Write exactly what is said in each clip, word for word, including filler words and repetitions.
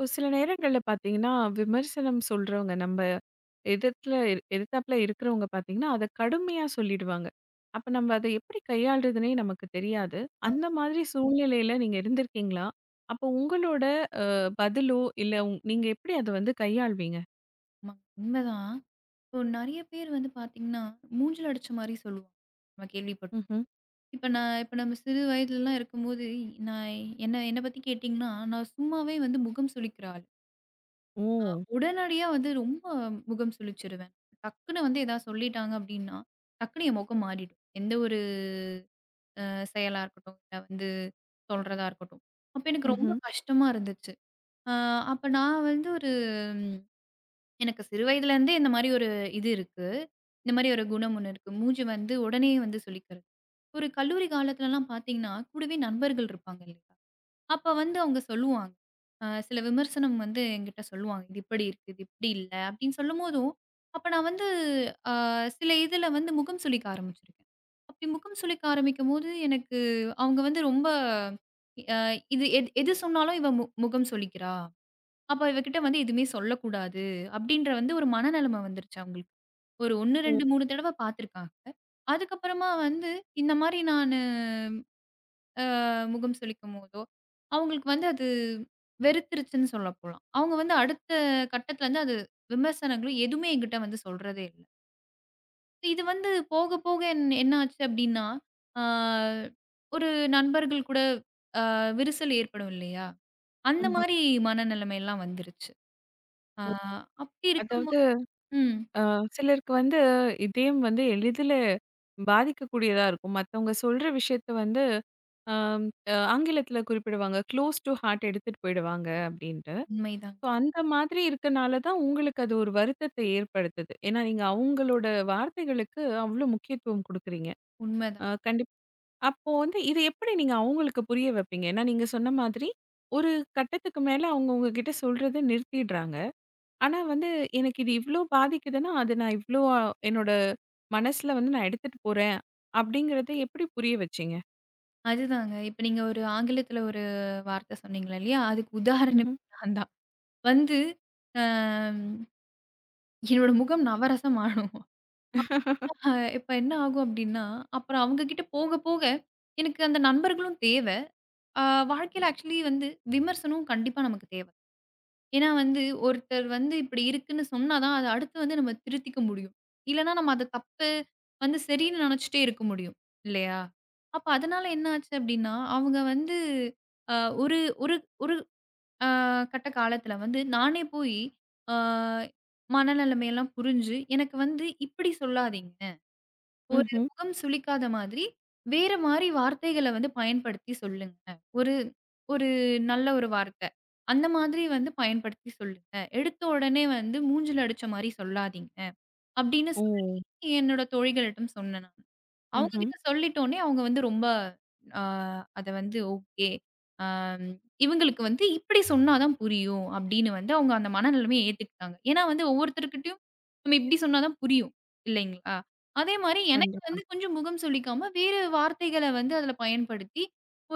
ஒரு சில நேரங்கள்ல பார்த்தீங்கன்னா, விமர்சனம் சொல்றவங்க நம்ம எதிர்த்துல இரு- எதிர்த்தாப்புல இருக்கிறவங்க பார்த்தீங்கன்னா, அத கடுமையா சொல்லிடுவாங்க. அப்ப நம்ம அத எப்படி கையாள்றதுன்னே நமக்கு தெரியாது. அந்த மாதிரி சூழ்நிலையில நீங்க இருந்திருக்கீங்களா? அப்போ உங்களோட அ பதிலோ, இல்ல உங் நீங்க எப்படி அத வந்து கையாள்வீங்க? ஆமா. உண்மதான். இப்போ நெறைய பேர் வந்து பார்த்தீங்கன்னா, மூஞ்சில அடிச்ச மாரி சொல்லுவாங்க. நம்ம கேள்விப்பட்டோம். ம்ஹ்ம். இப்ப நான் இப்ப நம்ம சிறு வயதுலலாம் இருக்கும்போது, நான் என்ன என்ன பத்தி கேட்டீங்கன்னா, நான் சும்மாவே வந்து முகம் சுளிக்கிற ஆள். ஓ! உடனடியா வந்து ரொம்ப முகம் சுளிச்சிருவேன். டக்குன்னு வந்து ஏதாவது சொல்லிட்டாங்க அப்டின்னா, டக்குன்னு என் முகம் மாறிடும். எந்த ஒரு அ செயலா இருக்கட்டும், இல்ல வந்து சொல்றதா இருக்கட்டும். அப்ப எனக்கு ம்ஹ்ம். ரொம்ப கஷ்டமா இருந்துச்சு. அ அப்ப நான் வந்து ஒரு எனக்கு சிறு வயதிலேருந்தே இந்த மாரி ஒரு இது இருக்கு. இந்த மாரி ஒரு குணம் ஒண்ணு இருக்கு. மூஞ்சி வந்து உடனே வந்து சுளிக்கிறது. ஒரு கல்லூரி காலத்துலலாம் பார்த்தீங்கன்னா, கூடவே நண்பர்கள் இருப்பாங்க இல்லையா? அப்ப வந்து அவங்க சொல்லுவாங்க. அ சில விமர்சனம் வந்து என்கிட்ட சொல்லுவாங்க. "இது இப்படி இருக்கு, இது இப்படி இல்ல" அப்படின்னு சொல்லும்போதும், அப்ப நான் வந்து அ சில இதில வந்து முகம் சுளிக்க ஆரம்பிச்சிருக்கேன். அப்படி முகம் சுளிக்க ஆரம்பிக்கும்போது எனக்கு அவங்க வந்து ரொம்ப அ இது எது எது சொன்னாலும் இவ மு முகம் சுளிக்கிறா. அப்ப இவகிட்ட வந்து எதுவுமே சொல்லக்கூடாது அப்படின்ற வந்து ஒரு மனநெலைமை வந்துருச்சு அவங்களுக்கு. ஒரு ஒன்று, ம். இரண்டு, மூன்று தடவ பார்த்துருக்காங்க. அதுக்கப்புறமா வந்து இந்த மாரி நானு அ முகம் சுளிக்கும்போதோ, அவங்களுக்கு வந்து அது வெறுத்துருச்சுன்னு சொல்லப்போலாம். அவங்க வந்து அடுத்த கட்டத்துல வந்து அது விமர்சனங்களும் எதுவுமே என்கிட்ட வந்து சொல்றதே இல்ல. இது வந்து போக போக என் என்ன ஆச்சு அப்படின்னா, ஆ ஒரு நண்பர்கள் கூட அ விரிசல் ஏற்படும் இல்லையா? அந்த மாரி மனநிலைமைலாம் வந்துருச்சு. ஆ ம். அப்படி அதாவது இருக்கும்போது ம். அ சிலருக்கு வந்து இதயம் வந்து எளிதில பாதிக்கக்கூடியதா இருக்கும். மத்தவங்க சொல்ற விஷயத்த வந்து அம் அ ஆங்கிலத்தில குறிப்பிடுவாங்க. "க்ளோஸ் டூ ஹார்ட்" எடுத்துட்டு போயிடுவாங்க அப்படின்ட்டு. உண்மைதான், ஸோ அந்த மாதிரி இருக்கனால தான் உங்களுக்கு அது ஒரு வருத்தத்தை ஏற்படுத்துது. ஏன்னா நீங்க அவங்களோட வார்த்தைகளுக்கு அவ்ளோ முக்கியத்துவம் குடுக்குறீங்க. உண்மைதான். அ கண்டிப் அப்போ வந்து இது எப்படி நீங்க அவங்களுக்கு புரிய வைப்பீங்க? ஏன்னா நீங்க சொன்ன மாதிரி ஒரு கட்டத்துக்கு மேல அவங்க உங்ககிட்ட சொல்றத நிறுத்திடுறாங்க. ஆனா வந்து, எனக்கு இது இவ்ளோ பாதிக்குதுன்னா, அது நான் இவ்ளோ அஹ், என்னோட மனசுல வந்து நான் எடுத்துட்டு போறேன், அப்படிங்கிறத எப்படி புரிய வச்சீங்க? அதுதாங்க. இப்ப நீங்க ஒரு ஆங்கிலத்துல ஒரு வார்த்தை சொன்னீங்க இல்லையா? அதுக்கு உதாரணமே ம்ஹ்ம். நான் தான். வந்து அ என்னோட முகம் நவரசம் ஆனும். என்ன ஆ- இப்ப என்ன ஆகும் அப்படின்னா, அப்புறம் அவங்க கிட்ட போக போக எனக்கு அந்த நண்பர்களும் தேவை. அ வாழ்க்கையில ஆக்சுவலி வந்து விமர்சனம் கண்டிப்பா நமக்கு தேவை. ஏன்னா வந்து, ஒருத்தர் வந்து இப்படி இருக்குன்னு சொன்னா தான், அத அடுத்து வந்து நம்ம திருத்திக்க முடியும். இல்லன்னா நம்ம அத தப்பு வந்து சரின்னு நெனச்சுட்டே இருக்க முடியும். இல்லையா? அப்ப அதனால என்ன ஆச்சு அப்படின்னா, அவங்க வந்து அ ஒரு ஒரு ஒரு அ கட்ட காலத்துல வந்து நானே போயி, அ மனநிலைமையெல்லாம் புரிஞ்சு, எனக்கு வந்து இப்படி சொல்லாதீங்க. ஒரு ம்ஹ்ம். முகம் சுளிக்காத மாதிரி, வேற மாரி வார்த்தைகள வந்து பயன்படுத்தி சொல்லுங்க. ஒரு ஒரு நல்ல ஒரு வார்த்தை. அந்த மாதிரி வந்து பயன்படுத்தி சொல்லுங்க. எடுத்த உடனே வந்து மூஞ்சில அடிச்ச மாரி சொல்லாதீங்க. அப்படின்னு ஓ! சொல்லி என்னோட தோழிகளிடம் சொன்னேன் நான். அவங்க ம்ஹ்ம். கிட்ட சொல்லிட்டோனே, அவங்க வந்து ரொம்ப ஆ அத வந்து ஓகே. ஆ இவங்களுக்கு வந்து இப்படி சொன்னா தான் புரியும் அப்படின்னு வந்து அவங்க அந்த மனநிலைமைய ஏத்துக்கிட்டாங்க. ஏன்னா வந்து ஒவ்வொருத்தர்கிட்டயும் நம்ம இப்படி சொன்னா தான் புரியும். இல்லைங்களா? அதே மாரி எனக்கு கண்டிப்பா. வந்து கொஞ்சம் முகம் சுளிக்காம வேறு வார்த்தைகள வந்து அதுல பயன்படுத்தி,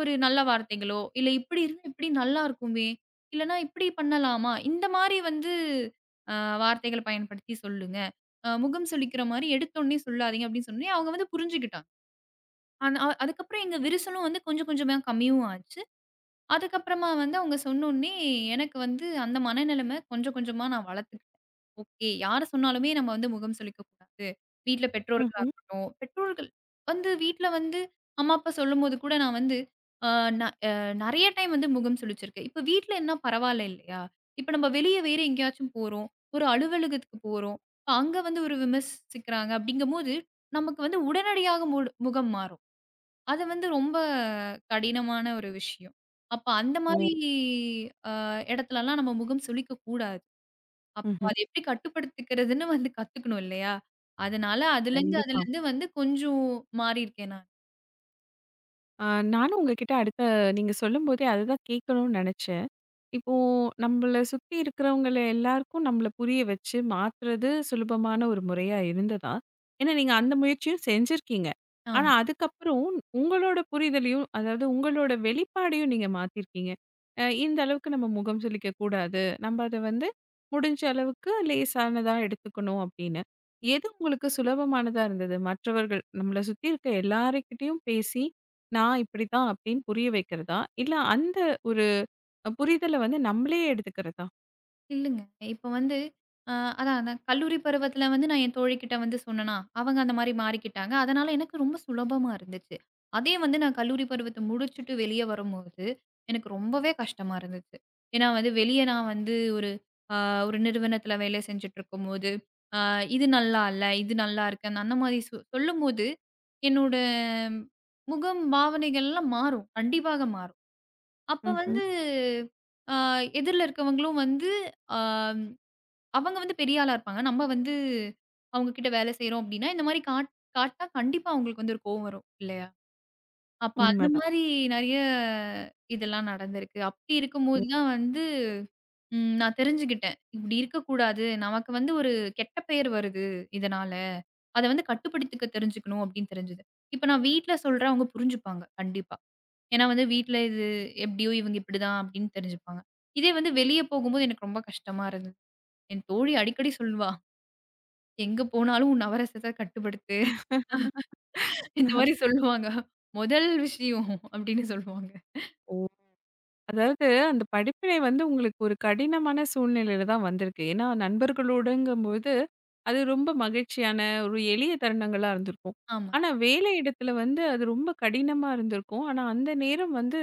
ஒரு நல்ல வார்த்தைகளோ, இல்ல இப்படி இருந்தா இப்படி நல்லாருக்குமே, இல்லன்னா இப்படி பண்ணலாமா? இந்த மாரி வந்து ஆ வார்த்தைகள பயன்படுத்தி சொல்லுங்க. அ முகம் சுளிக்கிற மாரி எடுத்தோனே சொல்லாதீங்க அப்படின்னு சொன்னோனே, அவங்க வந்து புரிஞ்சுக்கிட்டாங்க. ஆனா அ அதுக்கப்புறம் எங்க விரிசலும் வந்து கொஞ்சம் கொஞ்சமா கம்மியும் ஆச்சு. அதுக்கப்புறமா வந்து அவங்க சொன்னோனே, எனக்கு வந்து அந்த மனநிலைமை கொஞ்சம் கொஞ்சமா நான் வளர்த்துக்கிட்டேன். ஓகே, யார சொன்னாலுமே நம்ம வந்து முகம் சுளிக்கக் கூடாது. வீட்ல பெற்றோர்களா ம்ஹ்ம். இருக்கட்டும், பெற்றோர்கள் வந்து வீட்ல வந்து அம்மா, அப்பா சொல்லும்போது கூட நான் வந்து அ ந அ நெறைய டைம் வந்து முகம் சுளிச்சிருக்கேன். இப்ப வீட்லன்னா பரவால்ல இல்லையா? இப்ப நம்ம வெளிய வேற எங்கேயாச்சும் போறோம். ஒரு அலுவலகத்துக்கு போறோம். இப்ப அங்க வந்து ஒரு விமர்சிக்கிறாங்க அப்படிங்கும்போது, நமக்கு வந்து உடனடியாக முடு முகம் மாறும். அது வந்து ரொம்ப கடினமான ஒரு விஷயம். அப்ப அந்த மாரி ஓ! அ இடத்துலலாம் நம்ம முகம் சுளிக்கக் கூடாது. அப்போ ம்ஹ்ம். அத எப்படி கட்டுப்படுத்திக்கிறதுன்னு வந்து கத்துக்கணும் இல்லையா? அதனால அதுலருந்து கண்டிப்பா. அதுலருந்து வந்து கொஞ்சம் மாறியிருக்கேன் நான். அ நானும் உங்ககிட்ட அடுத்த நீங்க சொல்லும்போதே அதுதான் கேட்கணும்னு நெனச்சேன். இப்போ நம்மள சுத்தி இருக்கிறவங்கள எல்லாருக்கும் நம்மள புரிய வச்சு மாத்துறது சுலபமான ஒரு முறையா இருந்ததா? ஏன்னா நீங்க அந்த முயற்சியும் செஞ்சிருக்கீங்க. ஆனா ஆமா. அதுக்கப்புறம் உங்களோட புரிதலையும், அதாவது உங்களோட வெளிப்பாடையும் நீங்க மாத்திருக்கீங்க. அ இந்த அளவுக்கு நம்ம முகம் சுளிக்கக் கூடாது. நம்ம அத வந்து முடிஞ்ச அளவுக்கு லேசானதா எடுத்துக்கணும் அப்படின்னு. எது உங்களுக்கு சுலபமானதா இருந்தது? மற்றவர்கள் நம்மள சுத்தி இருக்க எல்லார்கிட்டயும் பேசி, நான் இப்படித்தான் அப்படின்னு புரிய வைக்கிறதா? இல்ல அந்த அ புரிதல வந்து நம்மளே எடுத்துக்கிறதா? இல்லங்க. இப்ப வந்து அ அதான் நான் கல்லூரி பருவத்தில வந்து நான் என் தோழிகிட்ட வந்து சொன்னேனா, அவங்க அந்த மாரி மாறிக்கிட்டாங்க. அதனால எனக்கு ரொம்ப சுலபமா இருந்துச்சு. அதே வந்து நான் கல்லூரி பருவத்த முடிச்சுட்டு வெளிய வரும்போது, எனக்கு ரொம்பவே கஷ்டமா இருந்துச்சு. ஏன்னா வந்து வெளிய நான் வந்து ஒரு அ ஒரு நிறுவனத்தில வேலை செஞ்சுட்டுருக்கும்போது, அ இது நல்லா இல்ல, இது நல்லா இருக்கு. அந்த மாரி சொ சொல்லும்போது, என்னோட முகம், பாவனைகள்லாம் மாறும். கண்டிப்பாக மாறும். அப்ப ம்ஹ்ம். வந்து அ எதிர்ல இருக்கவங்களும் வந்து அ அவங்க வந்து பெரிய ஆளா இருப்பாங்க. நம்ம வந்து அவங்க கிட்ட வேலை செய்றோம் அப்டின்னா, இந்த மாரி காட் காட்னா கண்டிப்பா அவங்களுக்கு வந்து ஒரு கோவம் வரும் இல்லையா? அப்ப அந்த உண்மதான். மாரி நெறைய இதெல்லாம் நடந்திருக்கு. அப்டி ஓ! இருக்கும்போது தான் வந்து ம் நான் தெரிஞ்சுகிட்டேன். இப்டி இருக்கக்கூடாது. நமக்கு வந்து ஒரு கெட்ட பெயர் வருது இதனால. அத வந்து கட்டுப்படுத்திக்க தெரிஞ்சுக்கணும் அப்டின்னு தெரிஞ்சது. இப்ப நான் வீட்ல சொல்றேன் அவங்க புரிஞ்சுப்பாங்க கண்டிப்பா. ஏன்னா வந்து வீட்ல இது எப்படியோ இவங்க இப்படிதான் அப்படின்னு தெரிஞ்சுப்பாங்க. இதே வந்து வெளிய போகும்போது எனக்கு ரொம்ப கஷ்டமா இருந்தது. என் தோழி அடிக்கடி சொல்லுவா, "எங்க போனாலும் உன் நவரசத்த கட்டுப்படுத்து." இந்த மாரி சொல்லுவாங்க. "முதல் விஷயம்" அப்படின்னு சொல்லுவாங்க. ஓ! அதாவது அந்த படிப்பினை வந்து உங்களுக்கு ஒரு கடினமான சூழ்நிலையில தான் வந்திருக்கு. ஏன்னா நண்பர்களோடங்கும்போது, அது ரொம்ப மகிழ்ச்சியான ஒரு எளிய தருணங்களா இருந்திருக்கும். ஆமா. ஆனா வேலை இடத்துல வந்து அது ரொம்ப கடினமா இருந்திருக்கும். ஆனா அந்த நேரம் வந்து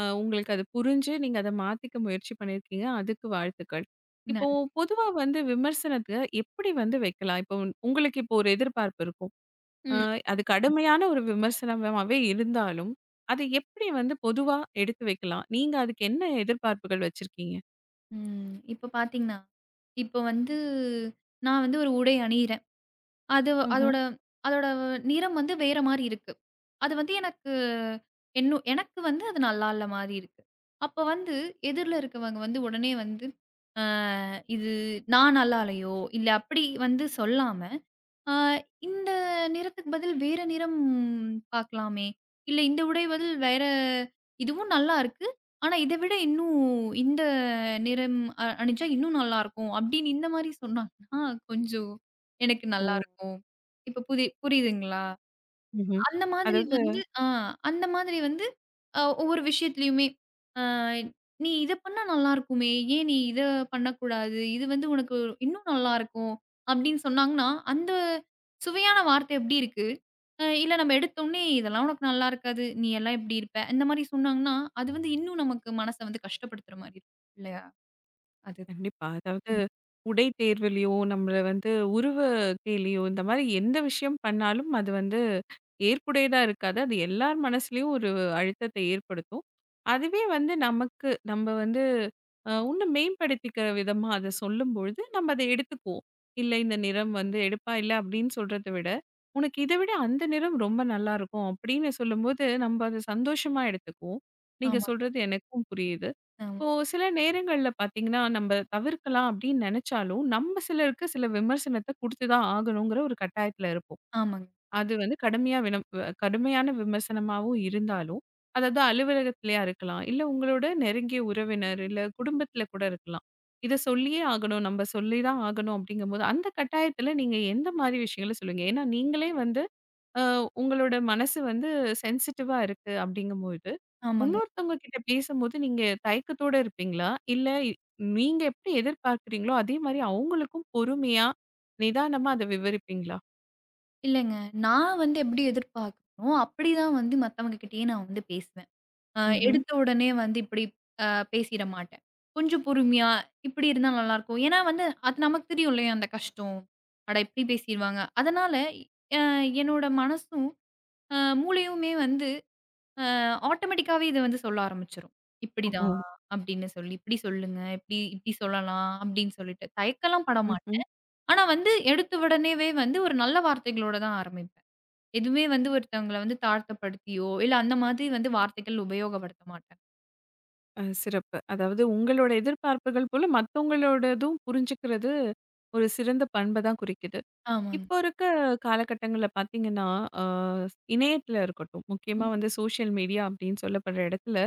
அ உங்களுக்கு அது புரிஞ்சு நீங்க அத மாத்திக்க முயற்சி பண்ணியிருக்கீங்க. அதுக்கு வாழ்த்துக்கள். இப்போ நன்றி. பொதுவா வந்து விமர்சனத்த எப்படி வந்து வைக்கலாம்? இப்போ உங்களுக்கு இப்போ ஒரு எதிர்பார்ப்பு இருக்கும். அ ம். அது கடுமையான ஒரு விமர்சனமாவே இருந்தாலும், அது எப்படி வந்து பொதுவா எடுத்து வைக்கலாம்? நீங்க அதுக்கு என்ன எதிர்பார்ப்புகள் வச்சிருக்கீங்க? ம். இப்ப பார்த்தீங்கன்னா, இப்ப வந்து நான் வந்து ஒரு உடை அணியிறேன். அது ம்ஹ்ம். அதோட அதோட நிறம் வந்து வேற மாரி இருக்கு. அது வந்து எனக்கு என்னு எனக்கு வந்து அது நல்லா இல்ல மாரி இருக்கு. அப்ப வந்து எதிர்ல இருக்கவங்க வந்து உடனே வந்து, "அ இது நான் நல்லா இல்லையோ?" இல்ல அப்படி வந்து சொல்லாம, "அ இந்த நிறத்துக்கு பதில் வேற நிறம் பாக்கலாமே! இல்ல இந்த உடை பதில் வேற இதுவும் நல்லா இருக்கு. ஆனா இத விட இன்னும் இந்த நிறம் அ அணிஞ்சா இன்னும் நல்லாருக்கும்." அப்படின்னு இந்த மாரி சொன்னாங்கன்னா, கொஞ்சம் எனக்கு ஓ! நல்லாருக்கும். இப்ப புதி புரியுதுங்களா? ம்ஹ்ம். அந்த மாதிரி அதாவது வந்து ஆ அந்த மாதிரி வந்து அ ஒவ்வொரு விஷயத்துலயுமே, அ "நீ இத பண்ணா நல்லாருக்குமே, ஏன் நீ இத பண்ணக்கூடாது? இது வந்து உனக்கு இன்னும் நல்லாருக்கும்." அப்படின்னு சொன்னாங்கன்னா, அந்த சுவையான வார்த்தை எப்படி இருக்கு? அ இல்ல நம்ம எடுத்தோனே, "இதெல்லாம் உனக்கு நல்லா இருக்காது. நீ எல்லாம் இப்படி இருப்ப." இந்த மாரி சொன்னாங்கன்னா, அது வந்து இன்னும் நமக்கு மனச வந்து கஷ்டப்படுத்துற மாரி இருக்கும். இல்லையா? அது. கண்டிப்பா. அதாவது ம். உடை தேர்வுலயோ, நம்மள வந்து உருவ கேலியோ, இந்த மாரி எந்த விஷயம் பண்ணாலும் அது வந்து ஏற்புடையதா இருக்காது. அது எல்லார் மனசுலயும் ஒரு அழுத்தத்தை ஏற்படுத்தும். அதுவே வந்து நமக்கு நம்ம வந்து அ இன்னும் மேம்படுத்திக்கிற விதமா அத சொல்லும்பொழுது, நம்ம அத எடுத்துக்குவோம். "இல்ல இந்த நிறம் வந்து எடுப்பா இல்ல" அப்படின்னு சொல்றத விட, "உனக்கு இத விட அந்த நிறம் ரொம்ப நல்லாருக்கும்" அப்படின்னு சொல்லும்போது, நம்ம அத சந்தோஷமா எடுத்துக்குவோம். நீங்க ஆமாங்க. சொல்றது எனக்கும் புரியுது. ஆமா. இப்போ சில நேரங்கள்ல பார்த்தீங்கன்னா, நம்ம தவிர்க்கலாம் அப்படின்னு நெனைச்சாலும், நம்ம சிலருக்கு சில விமர்சனத்த குடுத்து தான் ஆகணுங்கிற ஒரு கட்டாயத்துல இருப்போம். ஆமாங்க. அது வந்து கடுமையா வினம் வ கடுமையான விமர்சனமாவும் இருந்தாலும், அதாவது அலுவலகத்திலயா இருக்கலாம், இல்ல உங்களோட நெருங்கிய உறவினர், இல்ல குடும்பத்துல கூட இருக்கலாம். இத சொல்லியே ஆகணும், நம்ம சொல்லி தான் ஆகணும் அப்படிங்கும்போது, அந்த கட்டாயத்துல நீங்க எந்த மாரி விஷயங்கள சொல்லுவீங்க? ஏன்னா நீங்களே வந்து அ உங்களோட மனசு வந்து சென்சிட்டிவா இருக்கு அப்படிங்கும்போது ஆமாங்க. இன்னொருத்தவங்க கிட்ட பேசும்போது நீங்க தயக்கத்தோட இருப்பீங்களா? இல்ல இ- நீங்க எப்படி எதிர்பார்க்கிறீங்களோ, அதே மாரி அவங்களுக்கும் பொறுமையா, நிதானமா அத விவரிப்பீங்களா? இல்லங்க. நான் வந்து எப்படி எதிர்பார்க்கறனோ, அப்படிதான் வந்து மத்தவங்க கிட்டயே நான் வந்து பேசுவேன். அ ம்ஹ்ம். எடுத்த உடனே வந்து இப்படி அ பேசிற மாட்டேன். கொஞ்சம் பொறுமையா, இப்படி இருந்தா நல்லாயிருக்கும். ஏன்னா வந்து அது நமக்கு தெரியும் இல்லையா அந்த கஷ்டம். அட இப்படி பேசிருவாங்க. அதனால அ என்னோட மனசும், அ மூளையுமே வந்து அ ஆட்டோமேட்டிக்காவே இத வந்து சொல்ல ஆரம்பிச்சுரும். ஓஹோ! இப்படிதான் அப்படின்னு சொல்லி, இப்படி சொல்லுங்க, இப்படி இப்படி சொல்லலாம் அப்படின்னு சொல்லிட்டு. தயக்கலாம் பட ம்ஹ்ம். மாட்டேன். ஆனா வந்து எடுத்த உடனேவே வந்து ஒரு நல்ல வார்த்தைகளோட தான் ஆரம்பிப்பேன். எதுவுமே வந்து ஒருத்தவங்கள வந்து தாழ்த்தப்படுத்தியோ, இல்ல அந்த மாதிரி வந்து வார்த்தைகள் உபயோகப்படுத்த மாட்டேன். அ சிறப்பு. அதாவது உங்களோட எதிர்பார்ப்புகள் போல மத்தவங்களோடதும் புரிஞ்சுக்கிறது ஒரு சிறந்த பண்ப தான் குறிக்குது. ஆமாங்க. இப்போ இருக்க காலகட்டங்கள்ல பார்த்தீங்கன்னா, அ இணையத்துல இருக்கட்டும், முக்கியமா ம். வந்து சோஷியல் மீடியா அப்படின்னு சொல்லப்படுற இடத்துல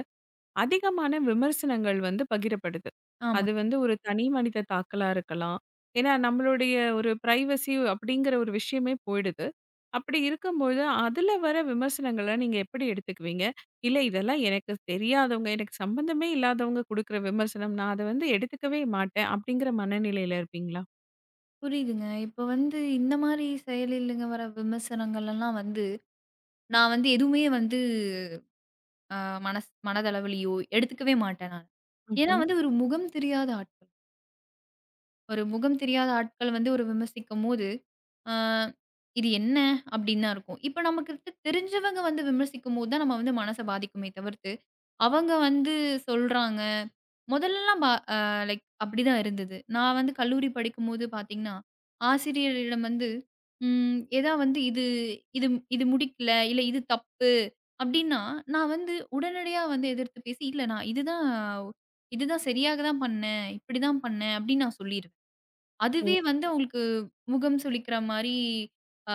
அதிகமான விமர்சனங்கள் வந்து பகிரப்படுது. ஆமா. அது வந்து ஒரு தனி மனித தாக்கலா இருக்கலாம். ஏன்னா, நம்மளுடைய ஒரு பிரைவசி அப்படிங்கிற ஒரு விஷயமே போயிடுது. அப்படி இருக்கும்போது, அதுல வர விமர்சனங்கள நீங்க எப்படி எடுத்துக்குவீங்க? இல்ல இதெல்லாம் எனக்கு தெரியாதவங்க, எனக்கு சம்பந்தமே இல்லாதவங்க குடுக்குற விமர்சனம். நான் அத வந்து எடுத்துக்கவே மாட்டேன். அப்படிங்கிற மனநிலையில இருப்பீங்களா? புரியுதுங்க. இப்ப வந்து இந்த மாரி செயலிலங்க வர விமர்சனங்கள் எல்லாம் வந்து, நான் வந்து எதுவுமே வந்து அ மனஸ் மனதளவிலயோ எடுத்துக்கவே மாட்டேன் நான். ஏன்னா ம்ஹ்ம். வந்து ஒரு முகம் தெரியாத ஆட்கள். ஒரு முகம் தெரியாத ஆட்கள் வந்து ஒரு விமர்சிக்கும்போது, அ "இது என்ன?" அப்படின்னு தான் இருக்கும். இப்ப நமக்கு தெரிஞ்சவங்க வந்து விமர்சிக்கும்போது தான் நம்ம வந்து மனச பாதிக்குமே தவிர்த்து அவங்க வந்து சொல்றாங்க. முதல்லலாம் ப அ லைக் அப்படிதான் இருந்தது. நான் வந்து கல்லூரி படிக்கும்போது பார்த்தீங்கன்னா, ஆசிரியரிடம் வந்து ம் ஏதா வந்து இது இது இது முடிக்கல, இல்ல இது தப்பு அப்படின்னா, நான் வந்து உடனடியா வந்து எதிர்த்து பேசி, "இல்ல நான் இதுதான் இதுதான் சரியாக தான் பண்ணேன். இப்படிதான் பண்ணேன்" அப்படின்னு நான் சொல்லிருவேன். ஓ! அதுவே வந்து அவங்களுக்கு முகம் சுளிக்கிற மாரி அ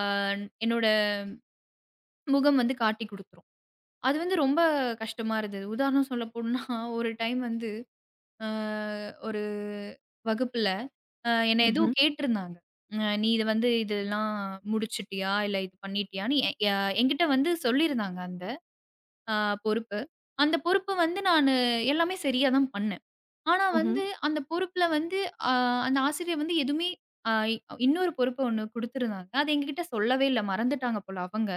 என்னோட முகம் வந்து காட்டிக் குடுத்துரும். அது வந்து ரொம்ப கஷ்டமா இருந்தது. உதாரணம் சொல்ல போணும்னா, ஒரு டைம் வந்து அ ஒரு வகுப்புல அ என்ன ஏதோ ம்ஹ்ம். கேட்டிருந்தாங்க. அ "நீ இது வந்து இதெல்லாம் முடிச்சுட்டியா? இல்ல இது பண்ணிட்டியான்னு" எ எ என்கிட்ட வந்து சொல்லியிருந்தாங்க அந்த அ பொறுப்பு. அந்த பொறுப்பு வந்து நானு எல்லாமே சரியா தான் பண்ணேன். ஆனா ம்ஹ்ம். வந்து அந்த பொறுப்புல வந்து அ அந்த ஆசிரியர் வந்து எதுவுமே அ இன்னொரு பொறுப்பு ஒண்ணு குடுத்துருந்தாங்க. அது எங்ககிட்ட சொல்லவே இல்ல. மறந்துட்டாங்க போல அவங்க.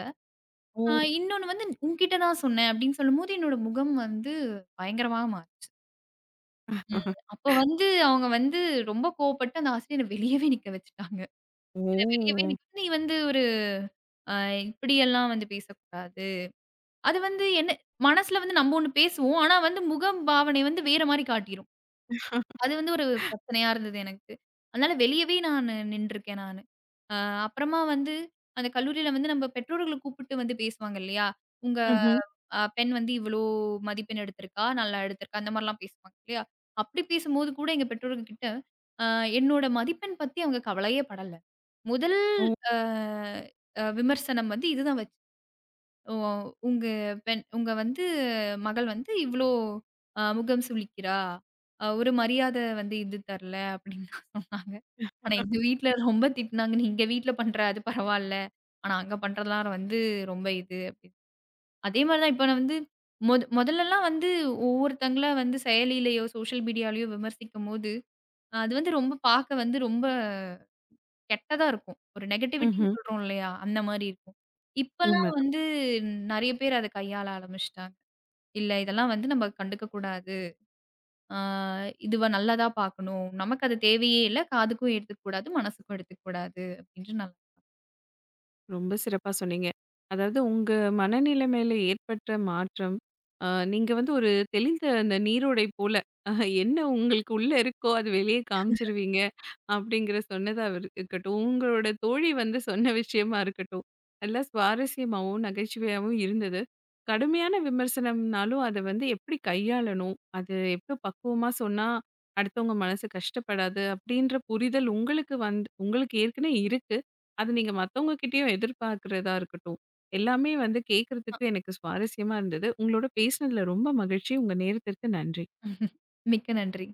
அ ஓ! இன்னொன்னு வந்து "உன்கிட்ட தான் சொன்னேன்" அப்படின்னு சொல்லும்போது, என்னோட முகம் வந்து பயங்கரமா மாறுச்சு. ம். அப்ப வந்து அவங்க வந்து ரொம்ப கோவப்பட்டு அந்த ஆசிரியர வெளியவே நிக்க வச்சுட்டாங்க. ஓ! என்ன வெளியவே ஓ! நிக்க "நீ வந்து ஒரு அ இப்படியெல்லாம் வந்து பேசக்கூடாது." அது வந்து என்ன மனசுல வந்து நம்ம ஒண்ணு பேசுவோம். ஆனா வந்து முகம் பாவனை வந்து வேற மாரி காட்டிரும். அது வந்து ஒரு பிரச்சனையா இருந்தது எனக்கு. அதனால வெளியவே நானு நின்றுருக்கேன் நானு. அ அப்புறமா வந்து அந்த கல்லூரியில வந்து நம்ம பெற்றோர்கள கூப்பிட்டு வந்து பேசுவாங்க இல்லையா? உங்க ம்ஹ்ம். அ பெண் வந்து இவ்வளோ மதிப்பெண் எடுத்திருக்கா, நல்லா எடுத்திருக்கா அந்த மாரிலாம் பேசுவாங்க இல்லையா? அப்படி பேசும்போது கூட எங்க பெற்றோர்கள் கிட்ட அ என்னோட மதிப்பெண் பத்தி அவங்க கவலையே படல. முதல் ஓ! அ அ விமர்சனம் வந்து இதுதான் வச்சாங்க. ஓ! உங்க பெண் உங்க வந்து மகள் வந்து இவ்ளோ அ முகம் சுளிக்கிறா. அ ஒரு மரியாத வந்து இது தரல அப்டின்னு தான் சொன்னாங்க. ஆனா எங்க வீட்ல ரொம்ப திட்டுனாங்க. நீ இங்க வீட்ல பண்ற அது பரவால்ல. ஆனா அங்க பண்றதெல்லாம் வந்து ரொம்ப இது அப்டின்னு. அதே மாரி தான் இப்ப நான் வந்து மொத மொதலலாம் வந்து ஒவ்வொருத்தங்கள வந்து செயலிலயோ, சோஷியல் மீடியாலயோ விமர்சிக்கும்போது, அது வந்து ரொம்ப பார்க்க வந்து ரொம்ப கெட்டதா இருக்கும். ஒரு நெகட்டிவிட்டின்னு ம்ஹ்ம். சொல்றோம் இல்லையா? அந்த மாரி இருக்கும். இப்பலாம் உண்ம வந்து நெறைய பேர் அத கையாள ஆரம்பிச்சுட்டாங்க. இல்ல இதெல்லாம் வந்து நம்ம கண்டுக்க கூடாது. ஆ இதுவ நல்லதா பார்க்கணும். நமக்கு அது தேவையே இல்ல. காதுக்கும் எடுத்துக்க கூடாது, மனசுக்கும் எடுத்துக்க கூடாது. அப்படின்ற நான் ரொம்ப சிறப்பா சொன்னீங்க. அதாவது உங்க மனநிலை மேல ஏற்பட்ட மாற்றம், அ நீங்க வந்து ஒரு தெளிந்த அந்த நீரோடை போல, ஆஹ், என்ன உங்களுக்கு உள்ள இருக்கோ அது வெளியே காமிச்சிருவீங்க, அப்படிங்கிற சொன்னதா இரு இருக்கட்டும், உங்களோட தோழி வந்து சொன்ன விஷயமா இருக்கட்டும், நல்லா சுவாரஸ்யமாவும், நகைச்சுவையாவும் இருந்தது. கடுமையான விமர்சனம்னாலும் அத வந்து எப்படி கையாளணும், அது எவ்ளோ பக்குவமா சொன்னா அடுத்தவங்க மனசு கஷ்டப்படாது, அப்படின்ற புரிதல் உங்களுக்கு வந்து உங்களுக்கு ஏற்கனவே இருக்கு. அது நீங்க மத்தவங்க கிட்டயும் எதிர்பார்க்கிறதா இருக்கட்டும். எல்லாமே வந்து கேட்கறதுக்கு எனக்கு சுவாரஸ்யமா இருந்தது. உங்களோட பேசினதுல ரொம்ப மகிழ்ச்சி. உங்க நேரத்திற்கு நன்றி. மிக்க நன்றி.